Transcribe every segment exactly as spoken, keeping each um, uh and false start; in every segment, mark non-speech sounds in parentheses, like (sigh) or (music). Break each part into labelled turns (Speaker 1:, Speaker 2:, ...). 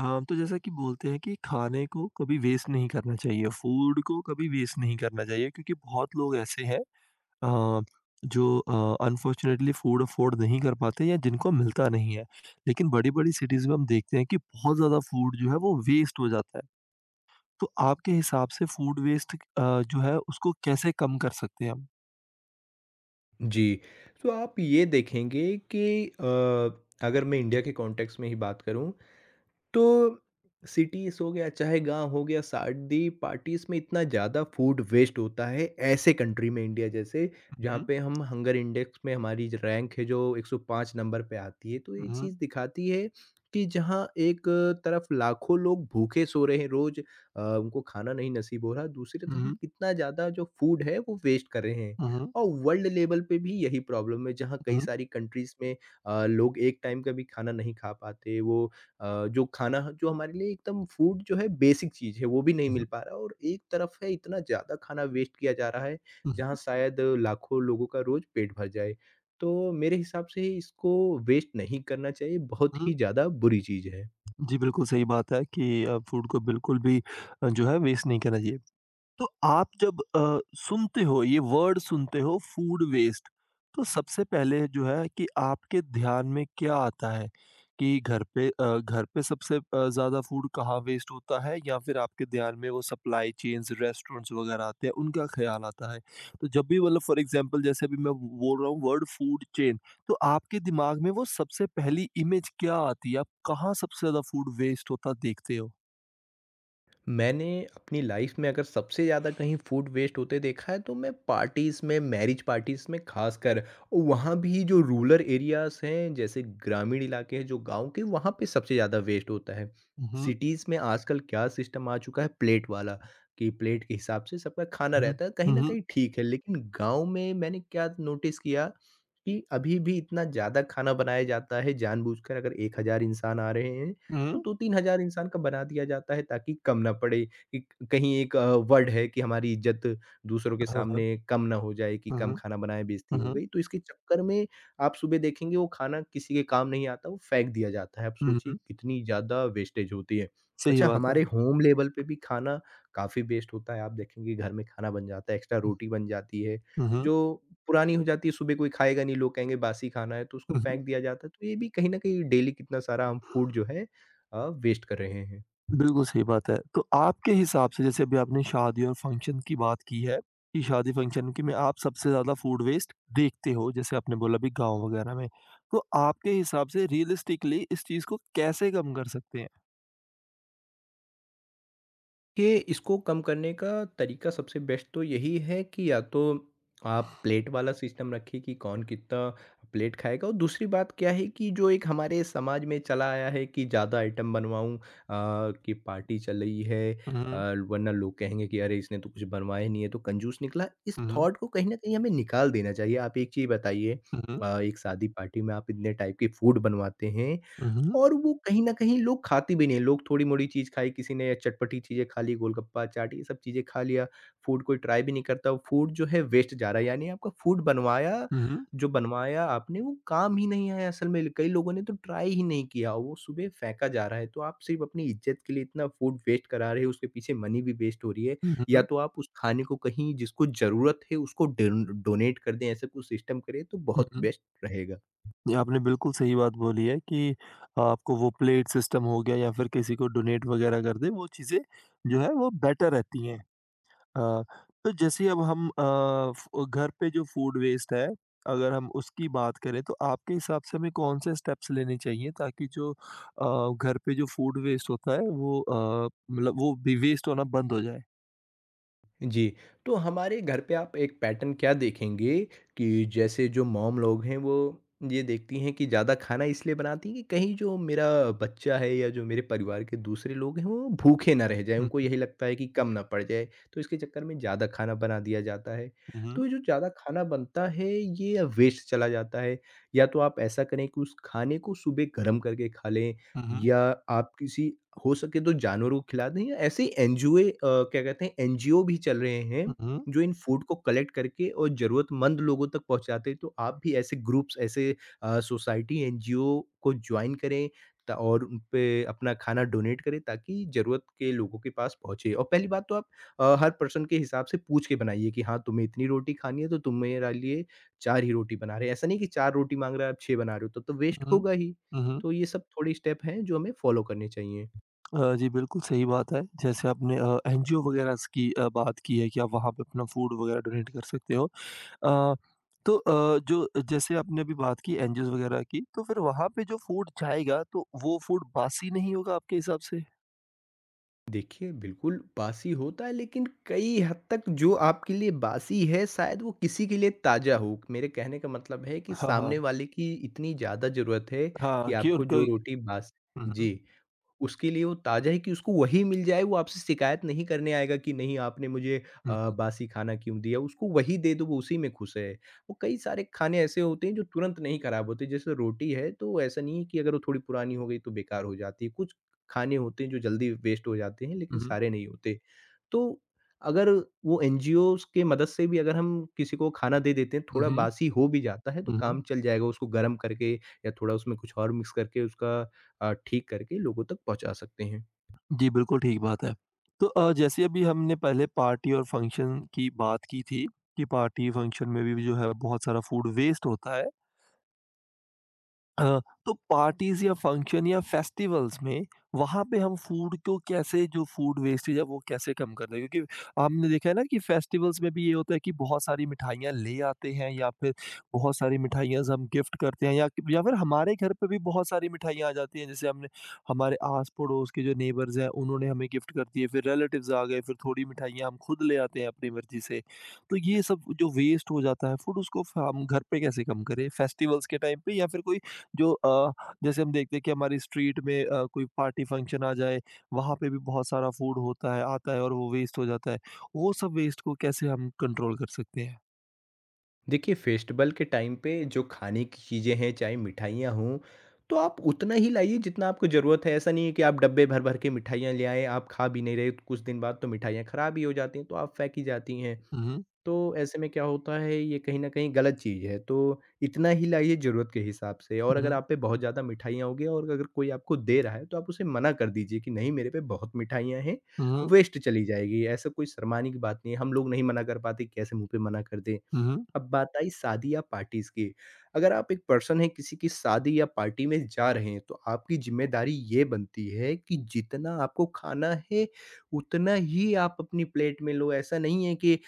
Speaker 1: हाँ, तो जैसा कि बोलते हैं कि खाने को कभी वेस्ट नहीं करना चाहिए, फूड को कभी वेस्ट नहीं करना चाहिए क्योंकि बहुत लोग ऐसे हैं अ, जो अ, अनफॉर्चुनेटली फूड अफ़ोर्ड नहीं कर पाते या जिनको मिलता नहीं है। लेकिन बड़ी-बड़ी सिटीज़ में हम देखते हैं कि बहुत ज़्यादा फूड जो है वो वेस्ट हो जाता है। तो आपके हिसाब से फूड वेस्ट अ, जो है उसको कैसे कम कर सकते हैं हम?
Speaker 2: जी, तो आप ये देखेंगे कि अ, अगर मैं इंडिया के कॉन्टेक्स्ट में ही बात करूँ तो सिटीज़ हो गया, चाहे गाँव हो गया, शादी पार्टीज़ में इतना ज़्यादा फूड वेस्ट होता है, ऐसे कंट्री में इंडिया जैसे, जहाँ
Speaker 1: हुँ,
Speaker 2: पे हम हंगर इंडेक्स में हमारी जो रैंक है जो एक सौ पाँच नंबर पे आती है। तो ये
Speaker 1: हुँ,
Speaker 2: चीज़ दिखाती है कि जहाँ एक तरफ लाखों लोग भूखे सो रहे हैं रोज़, अ, उनको खाना नहीं नसीब हो रहा, दूसरी तरफ हम
Speaker 1: हुँ,
Speaker 2: कितना ज़्यादा जो फूड है वो वेस्ट कर रहे हैं।
Speaker 1: हुँ,
Speaker 2: और वर्ल्ड लेवल पे भी यही प्रॉब्लम है, जहाँ कई
Speaker 1: हुँ,
Speaker 2: सारी कंट्रीज़ में अ, लोग एक टाइम का भी खाना नहीं खा पाते, वो अ, जो खाना जो हमारे लिए एकदम फूड जो है बेसिक चीज़ है वो भी नहीं मिल
Speaker 1: हुँ,
Speaker 2: पा रहा है और एक तरफ है इतना ज़्यादा खाना वेस्ट किया जा रहा है
Speaker 1: हुँ,
Speaker 2: जहाँ शायद लाखों लोगों का रोज़ पेट भर जाए। तो मेरे हिसाब से इसको वेस्ट नहीं करना चाहिए, बहुत ही
Speaker 1: हुँ।
Speaker 2: ज़्यादा बुरी चीज़ है।
Speaker 1: जी, बिल्कुल सही बात है कि अ, फूड को बिल्कुल भी अ, जो है वेस्ट नहीं करना चाहिए। तो आप जब अ, सुनते हो ये वर्ड सुनते हो फूड वेस्ट तो सबसे पहले जो है कि आपके ध्यान में क्या आता है कि घर पे अ, घर पे सबसे अ, ज्यादा फूड कहाँ वेस्ट होता है या फिर आपके ध्यान में वो सप्लाई चेन्स रेस्टोरेंट्स वगैरह आते हैं उनका ख्याल आता है। तो जब भी मतलब फॉर एग्जांपल जैसे अभी मैं बोल रहा हूँ वर्ड फूड चेन तो आपके दिमाग में वो सबसे पहली इमेज क्या आती है आप कहाँ सबसे ज्यादा फूड वेस्ट होता देखते हो?
Speaker 2: मैंने अपनी लाइफ में अगर सबसे ज़्यादा कहीं फूड वेस्ट होते देखा है तो मैं पार्टीज़ में मैरिज पार्टीज़ में खासकर और वहाँ भी जो रूरल एरियाज़ हैं जैसे ग्रामीण इलाके हैं जो गांव के वहाँ पे सबसे ज़्यादा वेस्ट होता है।
Speaker 1: हम्म
Speaker 2: सिटीज़ में आजकल क्या सिस्टम आ चुका है प्लेट वाला कि प्लेट के हिसाब से सबका खाना
Speaker 1: हम्म
Speaker 2: रहता है कहीं ना
Speaker 1: हम्म
Speaker 2: कहीं ठीक है, लेकिन गांव में मैंने क्या नोटिस किया कि अभी भी इतना ज़्यादा खाना बनाया जाता है जानबूझकर। अगर एक हज़ार इंसान आ रहे हैं तो
Speaker 1: हम्म,
Speaker 2: दो तीन हज़ार इंसान का बना दिया जाता है ताकि कम ना पड़े। कि कहीं एक अ, वर्ड है कि हमारी इज़्ज़त दूसरों के
Speaker 1: हाँ हाँ,
Speaker 2: सामने कम ना हो जाए कि
Speaker 1: हम्म
Speaker 2: कम खाना बनाए बेइज़्ज़ती
Speaker 1: हुँ,
Speaker 2: हो
Speaker 1: हुँ।
Speaker 2: गई। तो इसके चक्कर में आप सुबह देखेंगे वो खाना किसी के काम नहीं आता, वो फेंक दिया जाता है। आप
Speaker 1: हुँ,
Speaker 2: सोचिए
Speaker 1: हुँ।
Speaker 2: कितनी ज़्यादा वेस्टेज होती है।
Speaker 1: सही
Speaker 2: अच्छा,
Speaker 1: बात है।
Speaker 2: हमारे होम लेवल पे भी खाना काफ़ी वेस्ट होता है। आप देखेंगे घर में खाना बन जाता है, एक्स्ट्रा
Speaker 1: हुँ,
Speaker 2: रोटी बन जाती है,
Speaker 1: हुँ, हुँ,
Speaker 2: जो पुरानी हो जाती है, सुबह कोई खाएगा नहीं, लोग कहेंगे बासी खाना है, तो उसको
Speaker 1: हुँ, हुँ।
Speaker 2: फेंक दिया जाता है। तो ये भी कहीं न कहीं डेली कितना सारा हम फूड जो है अ, वेस्ट कर रहे हैं।
Speaker 1: बिल्कुल सही बात है। तो आपके हिसाब से जैसे अभी आपने शादी और फंक्शन की बात की है, कि शादी फंक्शन की में आप सबसे ज़्यादा फूड वेस्ट देखते हो, जैसे आपने बोला अभी गाँव वगैरह में। तो आपके हिसाब से रियलिस्टिकली इस चीज़ को कैसे कम कर सकते हैं?
Speaker 2: ये इसको कम करने का तरीका सबसे बेस्ट तो यही है कि या तो आप प्लेट वाला सिस्टम रखिए कि कौन कितना प्लेट खाएगा, और दूसरी बात क्या है कि जो एक हमारे समाज में चला आया है कि ज़्यादा आइटम बनवाऊँ, अ, कि पार्टी चल रही है,
Speaker 1: हुँ,
Speaker 2: अ,
Speaker 1: हुँ।
Speaker 2: वरना लोग कहेंगे कि अरे इसने तो कुछ बनवाया नहीं है तो कंजूस निकला। इस
Speaker 1: हुँ,
Speaker 2: थॉट को कहीं न कहीं हमें निकाल देना चाहिए। आप एक चीज़ बताइए,
Speaker 1: हुँ।
Speaker 2: अ, एक शादी पार्टी में आप इतने टाइप के फूड बनवाते हैं
Speaker 1: हुँ, हुँ।
Speaker 2: और वो कहीं न कहीं लोग खाते भी नहीं हैं, लोग थोड़ी-मोड़ी चीज़ खाई किसी ने या चटपटी चीज़ें खा ली, गोलगप्पा, चाट ये सब चीज़ें खा लिया, फूड कोई ट्राई भी नहीं करता, फूड जो है वेस्ट जा रहा है, यानी आपका फूड बनवाया,
Speaker 1: हुँ, हुँ।
Speaker 2: जो बनवाया आपने वो काम ही नहीं आया असल में, कई लोगों ने तो ट्राई ही नहीं किया, वो सुबह फेंका जा रहा है, तो आप सिर्फ़ अपनी इज़्ज़त के लिए इतना फूड वेस्ट करा रहे हो, उसके पीछे मनी भी वेस्ट हो रही है,
Speaker 1: हुँ,
Speaker 2: या
Speaker 1: हुँ।
Speaker 2: तो आप उस खाने को कहीं जिसको ज़रूरत है उसको डेन डोनेट कर दें, ऐसा कुछ सिस्टम करें तो
Speaker 1: हुँ,
Speaker 2: बहुत
Speaker 1: हुँ।
Speaker 2: बेस्ट रहेगा।
Speaker 1: ये आपने बिल्कुल सही बात बोली है कि आपको वो प्लेट सिस्टम हो गया या फिर किसी को डोनेट वगैरह कर दें, वो चीज़ें जो है वो बेटर रहती हैं। हाँ, तो जैसे अब हम अ, फ- घर पे जो फूड वेस्ट है अगर हम उसकी बात करें तो आपके हिसाब से हमें कौन से स्टेप्स लेने चाहिए ताकि जो अ, घर पे जो फूड वेस्ट होता है वो अ, मतलब वो भी वेस्ट होना बंद हो जाए।
Speaker 2: जी, तो हमारे घर पे आप एक पैटर्न क्या देखेंगे कि जैसे जो मॉम लोग हैं वो ये देखती हैं कि ज़्यादा खाना इसलिए बनाती हैं कि कहीं जो मेरा बच्चा है या जो मेरे परिवार के दूसरे लोग हैं वो भूखे ना रह जाएँ, उनको
Speaker 1: हम्म
Speaker 2: यही लगता है कि कम ना पड़ जाए, तो इसके चक्कर में ज़्यादा खाना बना दिया जाता है। तो
Speaker 1: हम्म
Speaker 2: ये जो ज़्यादा खाना बनता है ये वेस्ट चला जाता है, या तो आप ऐसा करें कि उस खाने को सुबह गरम करके खा लें
Speaker 1: हम्म
Speaker 2: या आप किसी हो सके तो जानवरों को खिला दें, या ऐसे ही एनजीओए अ, क्या कहते हैं एनजीओ भी चल रहे हैं,
Speaker 1: हम्म
Speaker 2: जो इन फूड को कलेक्ट करके और ज़रूरतमंद लोगों तक पहुँचाते हैं। तो आप भी ऐसे ग्रुप्स ऐसे अ, सोसाइटी एनजीओ को जॉइन करें त और उन पे अपना खाना डोनेट करें ताकि ज़रूरत के लोगों के पास पहुँचे। और पहली बात तो आप अ, हर पर्सन के हिसाब से पूछ के बनाइए कि हाँ, तुम्हें इतनी रोटी खानी है तो तुम मेरा लिए चार ही रोटी बना रहे हैं। ऐसा नहीं कि चार रोटी माँग रहा है आप छह बना रहे हो, तब तो वेस्ट
Speaker 1: हम्म
Speaker 2: होगा ही।
Speaker 1: हम्म
Speaker 2: तो ये सब थोड़े स्टेप हैं जो हमें फॉलो करने चाहिए।
Speaker 1: अ, जी बिल्कुल सही बात है जैसे आपने एनजीओ वगैरह की अ, बात की है कि आप वहाँ पे अपना फूड वगैरह डोनेट कर सकते हो। अ, तो अ, जो जैसे आपने अभी बात की एनजीओज़ वगैरह की, तो फिर वहाँ पे जो फूड जाएगा, तो वो फूड बासी नहीं होगा आपके हिसाब से?
Speaker 2: देखिए, बिल्कुल बासी होता है, लेकिन कई हद तक जो आपके लिए बासी है शायद वो किसी के लिए ताज़ा हो। मेरे कहने का मतलब है कि
Speaker 1: हाँ,
Speaker 2: सामने
Speaker 1: हाँ।
Speaker 2: वाले की इतनी ज़्यादा ज़रूरत है कि
Speaker 1: हाँ, कि
Speaker 2: आपको
Speaker 1: उनको
Speaker 2: जो
Speaker 1: हुँ,
Speaker 2: रोटी बास
Speaker 1: हुँ।
Speaker 2: जी। उसके लिए वो ताज़ा है कि उसको वही मिल जाए, वो आपसे शिकायत नहीं करने आएगा कि नहीं आपने मुझे
Speaker 1: हुँ,
Speaker 2: अ,
Speaker 1: हुँ।
Speaker 2: बासी खाना क्यों दिया, उसको वही दे दो वो उसी में खुश है। वो कई सारे खाने ऐसे होते हैं जो तुरंत नहीं खराब होते, जैसे रोटी है तो ऐसा नहीं है कि अगर वो थोड़ी पुरानी हो गई तो बेकार हो जाती है। कुछ खाने होते हैं जो जल्दी वेस्ट हो जाते हैं लेकिन
Speaker 1: हुँ,
Speaker 2: सारे नहीं होते। तो अगर वो एनजीओज़ के मदद से भी अगर हम किसी को खाना दे देते हैं, थोड़ा
Speaker 1: हुँ।
Speaker 2: बासी हो भी जाता है तो
Speaker 1: हुँ, हुँ।
Speaker 2: काम चल जाएगा, उसको गरम करके या थोड़ा उसमें कुछ और मिक्स करके उसका अ, ठीक करके लोगों तक पहुँचा सकते हैं।
Speaker 1: जी, बिल्कुल ठीक बात है। तो अ, जैसे अभी हमने पहले पार्टी और फंक्शन की बात की थी, कि पार्टी फंक्शन में भी जो है बहुत सारा फूड वेस्ट होता है। अ, तो पार्टीज़ या फंक्शन या फेस्टिवल्स में वहाँ पे हम फूड को कैसे जो फूड वेस्टेज है वो कैसे कम कर दें? क्योंकि हमने देखा है ना कि फेस्टिवल्स में भी ये होता है कि बहुत सारी मिठाइयाँ ले आते हैं या फिर बहुत सारी मिठाइयाँ हम गिफ्ट करते हैं या या फिर हमारे घर पे भी बहुत सारी मिठाइयाँ आ जाती हैं। जैसे हमने हमारे आस-पड़ोस के जो नेबर्स हैं उन्होंने हमें गिफ्ट कर दिए, फिर रिलेटिव्स आ गए, फिर थोड़ी मिठाइयाँ हम खुद ले आते हैं अपनी मर्ज़ी से। तो ये सब जो वेस्ट हो जाता है फूड उसको फ हम घर पे कैसे कम करें? फेस्टिवल्स के टाइम पे या फिर कोई जो अ, जैसे हम देखते हैं कि हमारी स्ट्रीट में अ, कोई पार्टी फंक्शन आ जाए, वहाँ पे भी बहुत सारा फूड होता है आता है और वो वेस्ट हो जाता है। वो सब वेस्ट को कैसे हम कंट्रोल कर सकते हैं?
Speaker 2: देखिए, फेस्टिवल के टाइम पे जो खाने की चीज़ें हैं, चाहे मिठाइयाँ हों, तो आप उतना ही लाइए जितना आपको ज़रूरत है। ऐसा नहीं है कि आप डब्बे भर-भर के मिठाइयाँ ले आएँ, आप खा भी नहीं रहे, कुछ दिन बाद तो मिठाइयाँ खराब ही हो जाती हैं, तो आप फेंकी जाती हैं।
Speaker 1: हुँ, हुँ,
Speaker 2: तो ऐसे में क्या होता है ये कहीं न कहीं गलत चीज़ है, तो इतना ही लाइए ज़रूरत के हिसाब से, और अगर
Speaker 1: हुँ,
Speaker 2: आप पे बहुत ज़्यादा मिठाइयाँ होंगी और अगर कोई आपको दे रहा है, तो आप उसे मना कर दीजिए कि नहीं मेरे पे बहुत मिठाइयाँ हैं,
Speaker 1: हुँ,
Speaker 2: वेस्ट चली जाएगी। ऐसा कोई शर्माने की बात नहीं है, हम लोग नहीं मना कर पाते, कैसे मुँह पे मना कर दें।
Speaker 1: हुँ, हुँ।
Speaker 2: अब बात आई शादी या पार्टीज़ की। अगर आप एक पर्सन हैं किसी की शादी या पार्टी में जा रहे हैं, तो आपकी ज़िम्मेदारी ये बनती है कि जितना आपको खाना है, उतना ही आप अपनी प्लेट में लो। ऐसा नहीं है कि अ,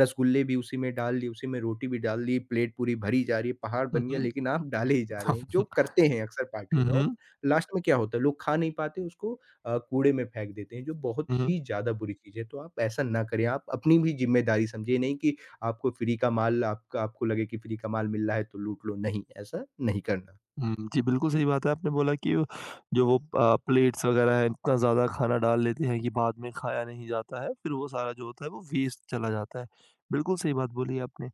Speaker 2: रसगुल्ले भी उसी में डाल दिए, उसी में रोटी भी डाल दी, प्लेट पूरी भरी जा रही है, पहाड़
Speaker 1: हुँ,
Speaker 2: बन गया
Speaker 1: हुँ,
Speaker 2: लेकिन आप डाले ही जा रहे हैं, जो करते हैं अक्सर पार्टियों में, और लास्ट में क्या होता है, लोग खा नहीं पाते उसको अ, कूड़े में फेंक देते हैं, जो बहुत
Speaker 1: हुँ, हुँ।
Speaker 2: ही
Speaker 1: (laughs)
Speaker 2: ज़्यादा बुरी चीज़ है। तो आप ऐसा ना करें, आप अपनी भी ज़िम्मेदारी समझिए, ये नहीं कि आपको फ्री का माल आपका आपको लगे कि फ्री का माल मिल रहा है तो लूट लो, नहीं, ऐसा नहीं करना।
Speaker 1: जी, बिल्कुल सही बात है। आपने बोला कि वो- जो वो अ, प्लेट्स वगैरह हैं, इतना ज़्यादा खाना डाल लेते हैं कि बाद में खाया नहीं जाता है, फिर वो सारा जो होता है वो वेस्ट चला जाता है। बिल्कुल सही बात बोली आपने।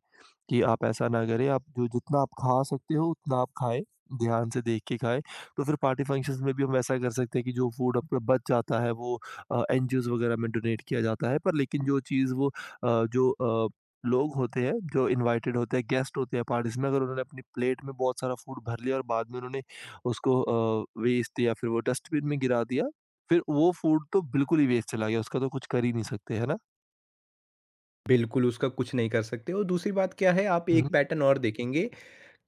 Speaker 1: कि आप ऐसा ना करें, आप जो जितना आप खा सकते हो उतना आप खाएँ, ध्यान से देख के खाएँ। तो फिर पार्टी फंक्शंस में भी हम ऐसा कर सकते हैं कि जो फूड आपका बच जाता है वो अ, एनजीओज़ वगैरह में डोनेट किया जाता है। पर लेकिन जो चीज़ वो अ, जो अ, लोग होते हैं, जो इनवाइटेड होते हैं, गेस्ट होते हैं पार्टीज़ में, अगर उन्होंने अपनी प्लेट में बहुत सारा फूड भर लिया और बाद में उन्होंने उसको अ, वेस्ट या फिर वो डस्टबिन में गिरा दिया, फिर वो फूड तो बिल्कुल ही वेस्ट चला गया, उसका तो कुछ कर ही नहीं सकते, है ना?
Speaker 2: बिल्कुल, उसका कुछ नहीं कर सकते, और दूसरी बात क्या है, आप
Speaker 1: हुँ,
Speaker 2: एक
Speaker 1: हुँ।
Speaker 2: पैटर्न और देखेंगे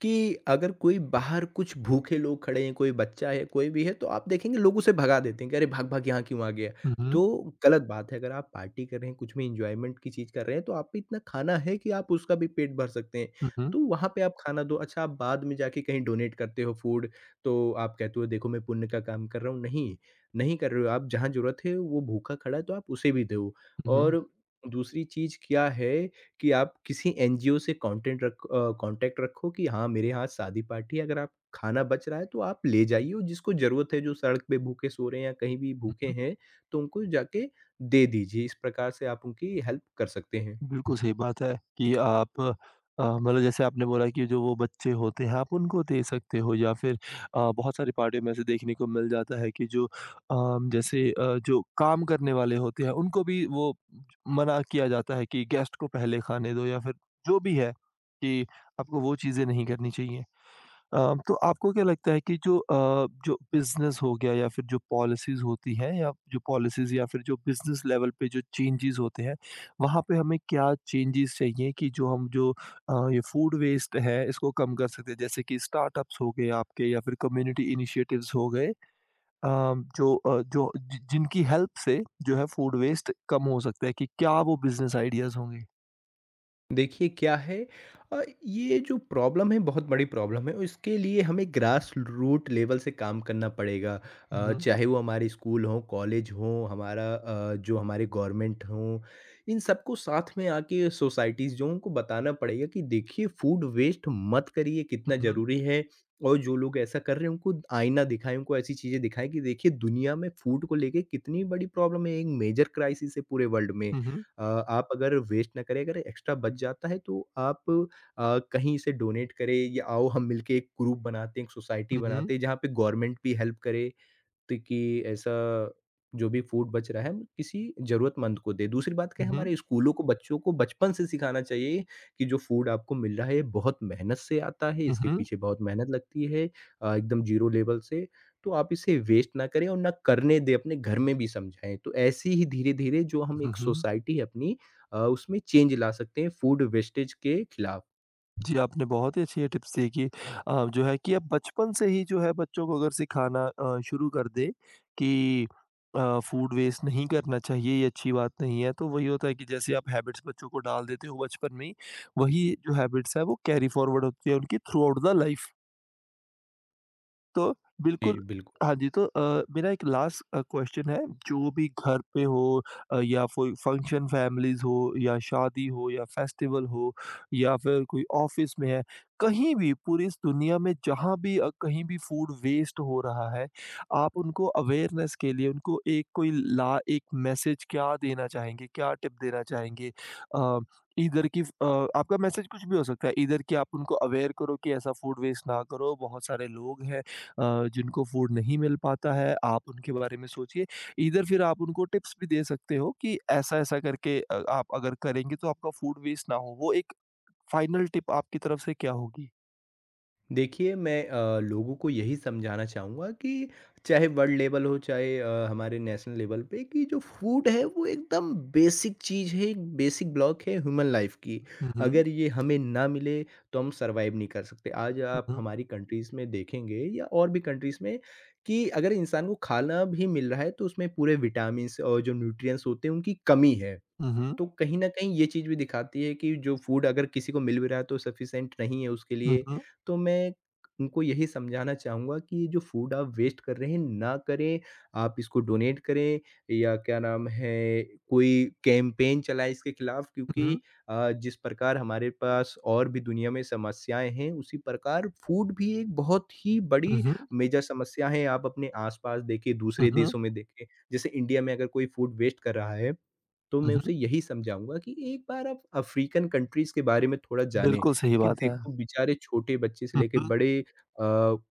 Speaker 2: कि अगर कोई बाहर कुछ भूखे लोग खड़े हैं, कोई बच्चा है, कोई भी है, तो आप देखेंगे लोग उसे भगा देते हैं कि अरे भाग-भाग यहाँ क्यों आ गया?
Speaker 1: हुँ, हुँ।
Speaker 2: तो गलत बात है, अगर आप पार्टी कर रहे हैं, कुछ भी एन्जॉयमेंट की चीज़ कर रहे हैं, तो आप पे इतना खाना है कि आप उसका भी पेट भर सकते हैं।
Speaker 1: हुँ, हुँ।
Speaker 2: तो वहाँ पे आप खाना दो। अच्छा, आप बाद में जाके कहीं डोनेट करते हो फूड, तो आप कहते हो देखो मैं पुण्य का काम कर रहा हूँ। नहीं, नहीं कर रहे हो आप, जहाँ ज़रूरत है वो भूखा खड़ा है तो आप उसे भी दो।
Speaker 1: हुँ,
Speaker 2: और दूसरी चीज़ क्या है कि आप किसी एनजीओ से कॉन्टेंट रख अ, कॉन्टैक्ट रखो कि हाँ, मेरे यहाँ शादी पार्टी है, अगर आप खाना बच रहा है तो आप ले जाइए, और जिसको ज़रूरत है, जो सड़क पे भूखे सो रहे हैं या कहीं भी भूखे
Speaker 1: हुँ।
Speaker 2: हैं, तो उनको जाके दे दीजिए। इस प्रकार से आप उनकी हेल्प कर सकते हैं।
Speaker 1: बिल्कुल सही बात है कि आप अ, मतलब जैसे आपने बोला कि जो वो बच्चे होते हैं आप उनको दे सकते हो या फिर अ, बहुत सारी पार्टियों में ऐसे देखने को मिल जाता है कि जो अम, जैसे अ, जो काम करने वाले होते हैं उनको भी वो मना किया जाता है कि गेस्ट को पहले खाने दो या फिर जो भी है कि आपको वो चीज़ें नहीं करनी चाहिए। अ, तो आपको क्या लगता है कि जो अ, जो बिज़नेस हो गया या फिर जो पॉलिसीज़ होती हैं या जो पॉलिसीज़ या फिर जो बिज़नेस लेवल पे जो चेंजेस होते हैं, वहाँ पे हमें क्या चेंजेस चाहिए कि जो हम जो अ, ये फूड वेस्ट है इसको कम कर सकते हैं? जैसे कि स्टार्टअप्स हो गए आपके या फिर कम्युनिटी इनिशिएटिव्स हो गए अ, जो अ, जो जि जिनकी हेल्प से जो है फूड वेस्ट कम हो सकता है कि क्या वो बिज़नेस आइडियाज़ होंगे?
Speaker 2: देखिए क्या है, अ, ये जो प्रॉब्लम है बहुत बड़ी प्रॉब्लम है और इसके लिए हमें ग्रास रूट लेवल से काम करना पड़ेगा,
Speaker 1: हुँ,
Speaker 2: अ,
Speaker 1: हुँ।
Speaker 2: चाहे वो हमारे स्कूल हों कॉलेज हों हमारा अ, जो हमारे गवर्नमेंट हों, इन सबको साथ में आके सोसाइटीज़ जो हैं, उनको बताना पड़ेगा कि देखिए फूड वेस्ट मत करिए कितना
Speaker 1: हुँ, हुँ।
Speaker 2: ज़रूरी है, और जो लोग ऐसा कर रहे हैं उनको आईना दिखाएं, उनको ऐसी चीज़ें दिखाएं कि देखिए दुनिया में फूड को लेके कितनी बड़ी प्रॉब्लम है, एक मेजर क्राइसिस है पूरे वर्ल्ड में।
Speaker 1: हुँ, हुँ।
Speaker 2: अ, आप अगर वेस्ट ना करें, अगर एक्स्ट्रा बच जाता है तो आप अ, कहीं से डोनेट करें, या आओ हम मिलके एक ग्रुप बनाते हैं, एक सोसाइटी
Speaker 1: हुँ, हुँ।
Speaker 2: बनाते हैं, जहाँ पे गवर्नमेंट भी हेल्प करे कि ऐसा जो भी फूड बच रहा है हम किसी ज़रूरतमंद को दें। दूसरी बात क्या
Speaker 1: हुँ,
Speaker 2: है,
Speaker 1: हुँ।
Speaker 2: हमारे स्कूलों को बच्चों को बचपन से सिखाना चाहिए कि जो फूड आपको मिल रहा है ये बहुत मेहनत से आता है,
Speaker 1: हुँ,
Speaker 2: इसके
Speaker 1: हुँ।
Speaker 2: पीछे बहुत मेहनत लगती है, अ, एकदम ज़ीरो लेवल से। तो आप इसे वेस्ट ना करें और ना करने दें, अपने घर में भी समझाएँ। तो ऐसे ही धीरे-धीरे जो हम
Speaker 1: हुँ,
Speaker 2: एक
Speaker 1: हुँ।
Speaker 2: सोसाइटी है अपनी, अ, उसमें चेंज ला सकते हैं फूड वेस्टेज के खिलाफ।
Speaker 1: जी, आपने बहुत ही अच्छी ये टिप्स दी कि अ, जो है कि आप बचपन से ही जो है बच्चों को अगर सिखाना अ, शुरू कर दें कि अ, फ़ूड वेस्ट नहीं करना चाहिए ये अच्छी बात नहीं है, तो वही होता है कि जैसे आप हैबिट्स बच्चों को डाल देते हो बचपन में ही, वही जो हैबिट्स है वो कैरी फ़ॉरवर्ड होती है उनकी थ्रू आउट द लाइफ़। तो
Speaker 2: जी,
Speaker 1: बिल्कुल,
Speaker 2: बिल्कुल।
Speaker 1: हाँ जी, तो अ, मेरा एक लास्ट अ, क्वेश्चन है, जो भी घर पे हो अ, या कोई फंक्शन फैमिलीज़ हो या शादी हो या फेस्टिवल हो या फिर कोई ऑफ़िस में है, कहीं भी पूरी इस दुनिया में जहाँ भी अ, कहीं भी फूड वेस्ट हो रहा है, आप उनको अवेयरनेस के लिए उनको एक कोई ला एक मैसेज क्या देना चाहेंगे? क्या टिप देना चाहेंगे? अ, ईदर कि अ, आपका मैसेज कुछ भी हो सकता है, ईदर कि आप उनको अवेयर करो कि ऐसा फूड वेस्ट ना करो, बहुत सारे लोग हैं अ, जिनको फूड नहीं मिल पाता है, आप उनके बारे में सोचिए। ईदर फिर आप उनको टिप्स भी दे सकते हो कि ऐसा-ऐसा करके अ, आप अगर करेंगे तो आपका फूड वेस्ट ना हो। वो एक फाइनल टिप आपकी तरफ से क्या होगी?
Speaker 2: देखिए, मैं अ, लोगों को यही समझाना चाहूँगा कि चाहे वर्ल्ड लेवल हो, चाहे अ, हमारे नेशनल लेवल पे, कि जो फूड है वो एकदम बेसिक चीज़ है, एक बेसिक ब्लॉक है ह्यूमन लाइफ़ की।
Speaker 1: हुँ, हुँ।
Speaker 2: अगर ये हमें ना मिले तो हम सर्वाइव नहीं कर सकते। आज
Speaker 1: हुँ,
Speaker 2: आप
Speaker 1: हुँ।
Speaker 2: हमारी कंट्रीज़ में देखेंगे या और भी कंट्रीज़ में कि अगर इंसान को खाना भी मिल रहा है तो उसमें पूरे विटामिन्स और जो न्यूट्रिएंट्स होते हैं उनकी कमी है।
Speaker 1: हुँ, हुँ।
Speaker 2: तो कहीं न कहीं ये चीज़ भी दिखाती है कि जो फूड अगर किसी को मिल भी रहा है तो सफिशिएंट नहीं है उसके
Speaker 1: हुँ,
Speaker 2: लिए।
Speaker 1: हुँ।
Speaker 2: तो मैं उनको यही समझाना चाहूँगा कि ये जो फूड आप वेस्ट कर रहे हैं ना करें, आप इसको डोनेट करें या क्या नाम है, कोई कैंपेन चलाएँ इसके खिलाफ, क्योंकि
Speaker 1: हुँ,
Speaker 2: अ, जिस प्रकार हमारे पास और भी दुनिया में समस्याएँ हैं, उसी प्रकार फूड भी एक बहुत ही बड़ी
Speaker 1: हुँ।
Speaker 2: मेजर समस्या है। आप अपने आस-पास देखें,
Speaker 1: हुँ,
Speaker 2: दूसरे
Speaker 1: हुँ,
Speaker 2: देशों में देखें, जैसे इंडिया में अगर कोई फूड वेस्ट कर रहा है तो मैं
Speaker 1: हुँ।
Speaker 2: उसे यही समझाऊँगा कि एक बार आप अफ़्रीकन कंट्रीज़ के बारे में थोड़ा जानें,
Speaker 1: बिल्कुल सही
Speaker 2: कि
Speaker 1: बात है।
Speaker 2: देखो बेचारे छोटे बच्चे से
Speaker 1: हुँ,
Speaker 2: लेके
Speaker 1: हुँ।
Speaker 2: बड़े, अ,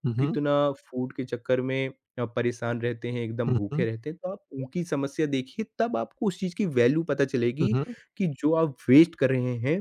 Speaker 1: हुँ, हुँ।
Speaker 2: कितना फूड के चक्कर में अ, परेशान रहते हैं, एकदम
Speaker 1: हुँ,
Speaker 2: भूखे
Speaker 1: हुँ।
Speaker 2: रहते हैं। तो आप उनकी समस्या देखिए, तब आपको उस चीज़ की वैल्यू पता
Speaker 1: हुँ,
Speaker 2: चलेगी
Speaker 1: हुँ।
Speaker 2: कि जो आप वेस्ट कर रहे हैं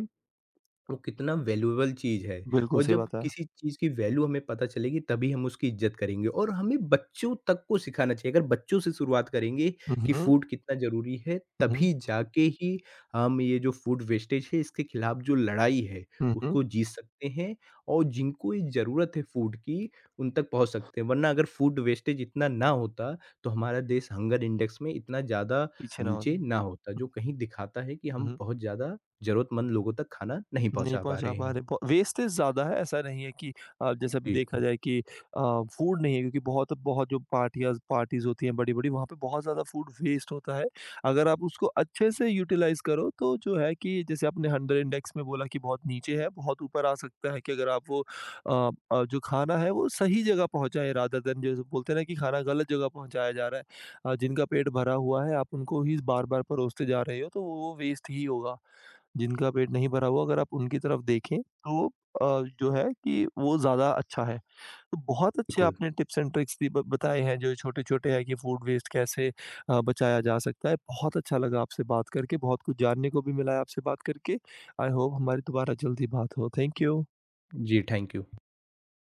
Speaker 2: वो कितना वैल्यूएबल चीज़ है।
Speaker 1: बिल्कुल
Speaker 2: और
Speaker 1: सही
Speaker 2: जब
Speaker 1: बात है।
Speaker 2: किसी चीज़ की वैल्यू हमें पता चलेगी तभी हम उसकी इज़्ज़त करेंगे, और हमें बच्चों तक को सिखाना चाहिए। अगर बच्चों से शुरुआत करेंगे
Speaker 1: हुँ,
Speaker 2: कि
Speaker 1: हुँ।
Speaker 2: फूड कितना ज़रूरी है,
Speaker 1: हुँ, हुँ।
Speaker 2: तभी जाके ही हम ये जो फूड वेस्टेज है इसके खिलाफ़ जो लड़ाई है,
Speaker 1: हुँ, हुँ।
Speaker 2: उसको जीत सकते हैं, और जिनको ये ज़रूरत है फूड की, उन तक पहुँच सकते हैं। वरना अगर फूड वेस्टेज इतना ना होता, तो हमारा देश हंगर इंडेक्स में इतना ज़्यादा
Speaker 1: पीछे ना हो।
Speaker 2: नीचे ना होता, जो कहीं दिखाता है कि
Speaker 1: हुँ,
Speaker 2: हम
Speaker 1: हुँ।
Speaker 2: बहुत ज़्यादा ज़रूरतमंद लोगों तक खाना नहीं
Speaker 1: नहीं
Speaker 2: पहुँचा पा
Speaker 1: पहुँचा
Speaker 2: रहे
Speaker 1: पा
Speaker 2: हैं।
Speaker 1: रहे, ब वेस्टेज ज़्यादा है, ऐसा नहीं है कि अ, जैसे अभी
Speaker 2: जी,
Speaker 1: देखा जाए कि अ, फूड नहीं है क्योंकि बहुत बहुत जो पार्टियाज़ पार्टीज़ होती हैं बड़ी-बड़ी, वहाँ पे बहुत ज़्यादा फूड वेस्ट होता है। अगर आप उसको अच्छे से यूटिलाइज़ करो, तो जो है कि जैसे आपने हंडर इंडेक्स में बोला कि बहुत नीचे है, बहुत ऊपर आ सकता है कि अगर आप वो अ अ, जो खाना है, वो सही जगह पहुँचाएँ रादर देन जैसे बोलते हैं ना कि खाना गलत जगह पहुँचाया जा रहा है। अ, जिनका पेट भरा हुआ है, आप उनको ही बार-बार परोसते जा रहे हो, तो वो वेस्ट ही होगा। जिनका पेट नहीं भरा हुआ अगर आप उनकी तरफ देखें तो अ, जो है कि वो ज़्यादा अच्छा है। तो बहुत अच्छे
Speaker 2: बिल्कुल।
Speaker 1: आपने टिप्स एंड ट्रिक्स भी ब बताए हैं जो छोटे-छोटे हैं कि फूड वेस्ट कैसे अ, बचाया जा सकता है। बहुत अच्छा लगा आपसे बात करके, बहुत कुछ जानने को भी मिला है आपसे बात करके। आई होप हमारी दोबारा जल्दी बात हो। Thank you.
Speaker 2: जी, थैंक यू।